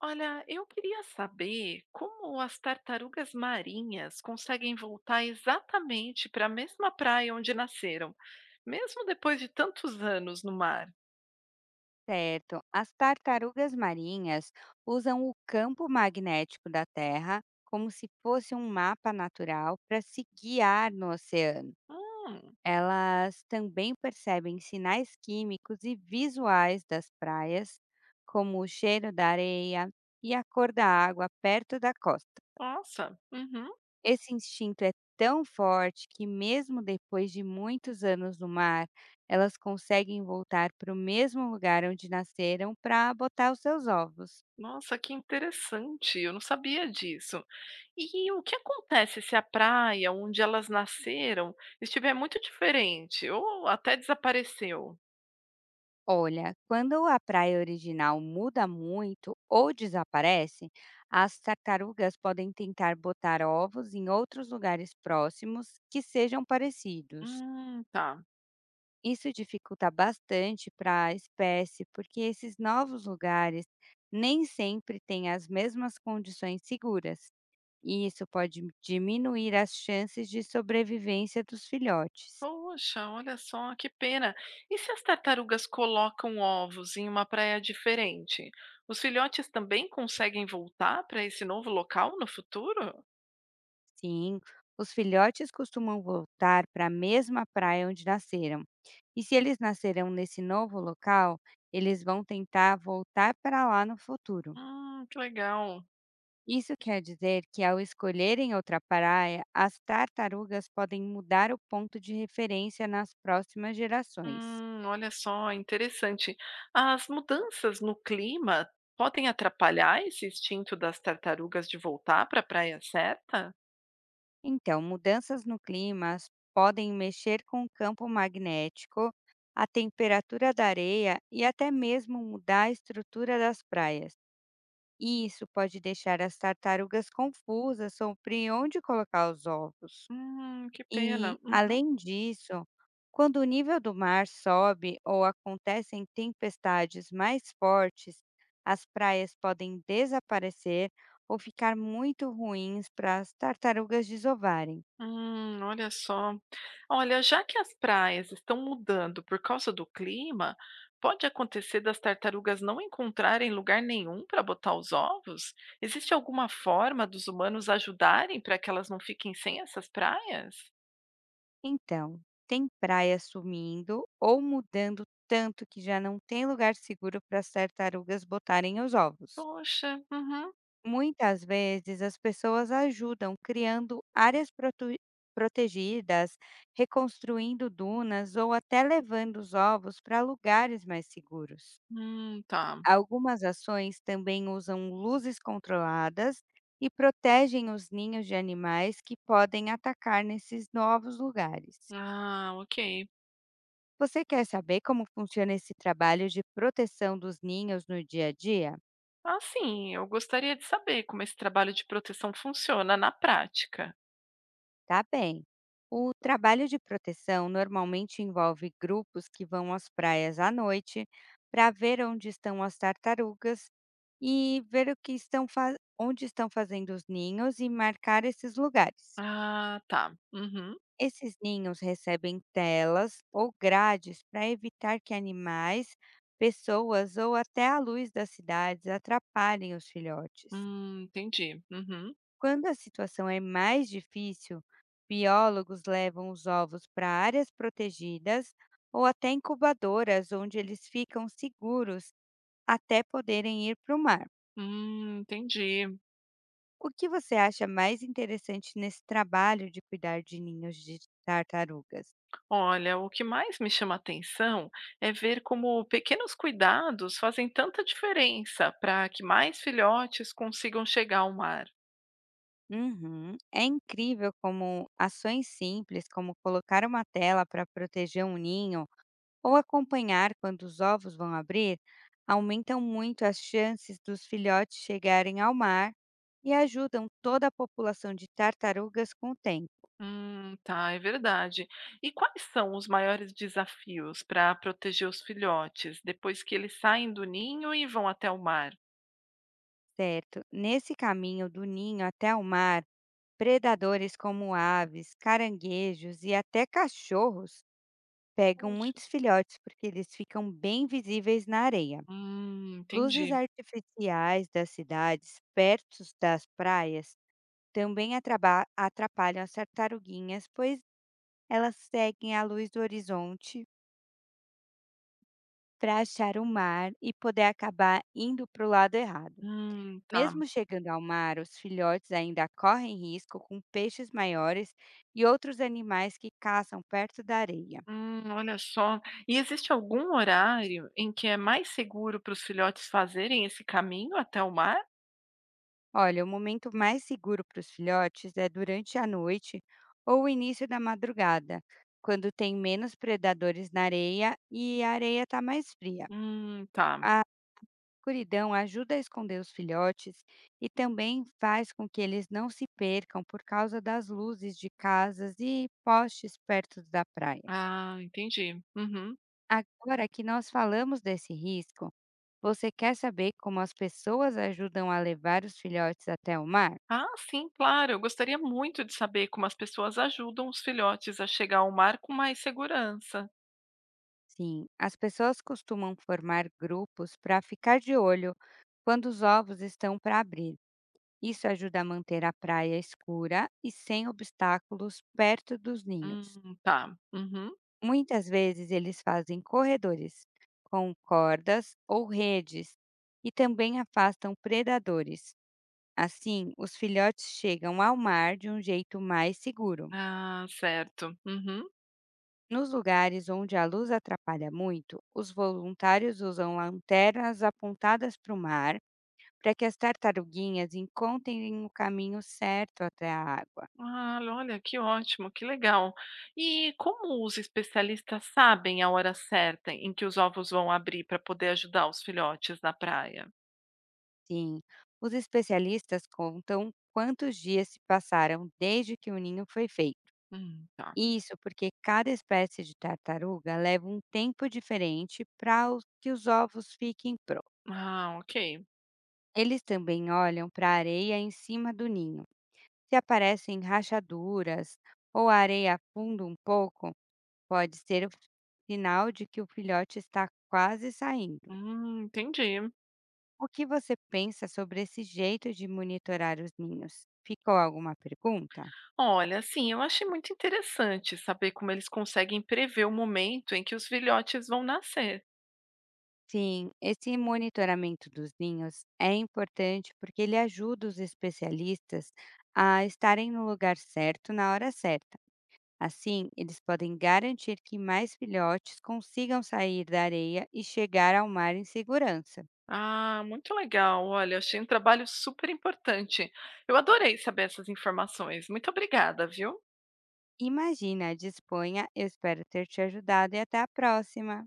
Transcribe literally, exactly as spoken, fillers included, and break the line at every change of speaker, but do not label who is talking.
Olha, eu queria saber como as tartarugas marinhas conseguem voltar exatamente para a mesma praia onde nasceram, mesmo depois de tantos anos no mar.
Certo. As tartarugas marinhas usam o campo magnético da Terra como se fosse um mapa natural para se guiar no oceano.
Hum.
Elas também percebem sinais químicos e visuais das praias, como o cheiro da areia e a cor da água perto da costa.
Nossa. Uhum.
Esse instinto é tão forte que, mesmo depois de muitos anos no mar, elas conseguem voltar para o mesmo lugar onde nasceram para botar os seus ovos.
Nossa, que interessante, eu não sabia disso. E o que acontece se a praia onde elas nasceram estiver muito diferente ou até desapareceu?
Olha, quando a praia original muda muito ou desaparece, as tartarugas podem tentar botar ovos em outros lugares próximos que sejam parecidos.
Hum, tá.
Isso dificulta bastante para a espécie, porque esses novos lugares nem sempre têm as mesmas condições seguras, e isso pode diminuir as chances de sobrevivência dos filhotes.
Poxa, olha só, que pena. E se as tartarugas colocam ovos em uma praia diferente? Os filhotes também conseguem voltar para esse novo local no futuro?
Sim, os filhotes costumam voltar para a mesma praia onde nasceram, e se eles nasceram nesse novo local, eles vão tentar voltar para lá no futuro.
Hum, que legal.
Isso quer dizer que, ao escolherem outra praia, as tartarugas podem mudar o ponto de referência nas próximas gerações.
Hum, olha só, interessante. As mudanças no clima podem atrapalhar esse instinto das tartarugas de voltar para a praia certa?
Então, mudanças no clima as- podem mexer com o campo magnético, a temperatura da areia e até mesmo mudar a estrutura das praias. E isso pode deixar as tartarugas confusas sobre onde colocar os ovos.
Hum, que pena.
E,
Uhum.
além disso, quando o nível do mar sobe ou acontecem tempestades mais fortes, as praias podem desaparecer ou ficar muito ruins para as tartarugas desovarem.
Hum, olha só. Olha, já que as praias estão mudando por causa do clima, pode acontecer das tartarugas não encontrarem lugar nenhum para botar os ovos? Existe alguma forma dos humanos ajudarem para que elas não fiquem sem essas praias?
Então, tem praias sumindo ou mudando tanto que já não tem lugar seguro para as tartarugas botarem os ovos.
Poxa. Uhum.
Muitas vezes as pessoas ajudam criando áreas protu- protegidas, reconstruindo dunas ou até levando os ovos para lugares mais seguros.
Hum, tá.
Algumas ações também usam luzes controladas e protegem os ninhos de animais que podem atacar nesses novos lugares.
Ah, ok.
Você quer saber como funciona esse trabalho de proteção dos ninhos no dia a dia?
Ah, sim, eu gostaria de saber como esse trabalho de proteção funciona na prática.
Tá bem. O trabalho de proteção normalmente envolve grupos que vão às praias à noite para ver onde estão as tartarugas e ver o que estão fa- onde estão fazendo os ninhos e marcar esses lugares.
Ah, tá. Uhum.
Esses ninhos recebem telas ou grades para evitar que animais, pessoas ou até a luz das cidades atrapalhem os filhotes.
Hum, entendi. Uhum.
Quando a situação é mais difícil, biólogos levam os ovos para áreas protegidas ou até incubadoras, onde eles ficam seguros até poderem ir para o mar.
Hum, entendi.
O que você acha mais interessante nesse trabalho de cuidar de ninhos de tartarugas?
Olha, o que mais me chama atenção é ver como pequenos cuidados fazem tanta diferença para que mais filhotes consigam chegar ao mar.
Uhum. É incrível como ações simples, como colocar uma tela para proteger um ninho, ou acompanhar quando os ovos vão abrir, aumentam muito as chances dos filhotes chegarem ao mar e ajudam toda a população de tartarugas com o tempo,
Hum, tá, é verdade. E quais são os maiores desafios para proteger os filhotes depois que eles saem do ninho e vão até o mar?
certo? Nesse caminho do ninho até o mar, predadores como aves, caranguejos e até cachorros pegam
Poxa.
muitos filhotes porque eles ficam bem visíveis na areia.
Hum,
Luzes
entendi.
artificiais das cidades perto das praias também atraba- atrapalham as tartaruguinhas, pois elas seguem a luz do horizonte para achar o mar e poder acabar indo para o lado errado.
Hum, tá.
Mesmo chegando ao mar, os filhotes ainda correm risco com peixes maiores e outros animais que caçam perto da areia.
Hum, olha só. E existe algum horário em que é mais seguro para os filhotes fazerem esse caminho até o mar?
Olha, o momento mais seguro para os filhotes é durante a noite ou o início da madrugada, quando tem menos predadores na areia e a areia está mais fria.
Hum, tá.
Escuridão ajuda a esconder os filhotes e também faz com que eles não se percam por causa das luzes de casas e postes perto da praia.
Ah, entendi. Uhum.
Agora que nós falamos desse risco, você quer saber como as pessoas ajudam a levar os filhotes até o mar?
Ah, sim, claro. Eu gostaria muito de saber como as pessoas ajudam os filhotes a chegar ao mar com mais segurança.
Sim, as pessoas costumam formar grupos para ficar de olho quando os ovos estão para abrir. Isso ajuda a manter a praia escura e sem obstáculos perto dos ninhos.
Hum, tá. Uhum.
Muitas vezes eles fazem corredores com cordas ou redes e também afastam predadores. Assim, os filhotes chegam ao mar de um jeito mais seguro.
Ah, certo. Uhum.
Nos lugares onde a luz atrapalha muito, os voluntários usam lanternas apontadas para o mar para que as tartaruguinhas encontrem o caminho certo até a água.
Ah, olha, que ótimo, que legal. E como os especialistas sabem a hora certa em que os ovos vão abrir para poder ajudar os filhotes na praia?
Sim, os especialistas contam quantos dias se passaram desde que o ninho foi feito.
Hum, tá.
Isso, porque cada espécie de tartaruga leva um tempo diferente para que os ovos fiquem prontos.
Ah, ok.
Eles também olham para a areia em cima do ninho. Se aparecem rachaduras ou a areia afunda um pouco, pode ser o sinal de que o filhote está quase saindo.
Hum, entendi.
O que você pensa sobre esse jeito de monitorar os ninhos? Ficou alguma pergunta?
Olha, assim, eu achei muito interessante saber como eles conseguem prever o momento em que os filhotes vão nascer.
Sim, esse monitoramento dos ninhos é importante porque ele ajuda os especialistas a estarem no lugar certo na hora certa. Assim, eles podem garantir que mais filhotes consigam sair da areia e chegar ao mar em segurança.
Ah, muito legal. Olha, achei um trabalho super importante. Eu adorei saber essas informações. Muito obrigada, viu?
Imagina, disponha, eu espero ter te ajudado e até a próxima!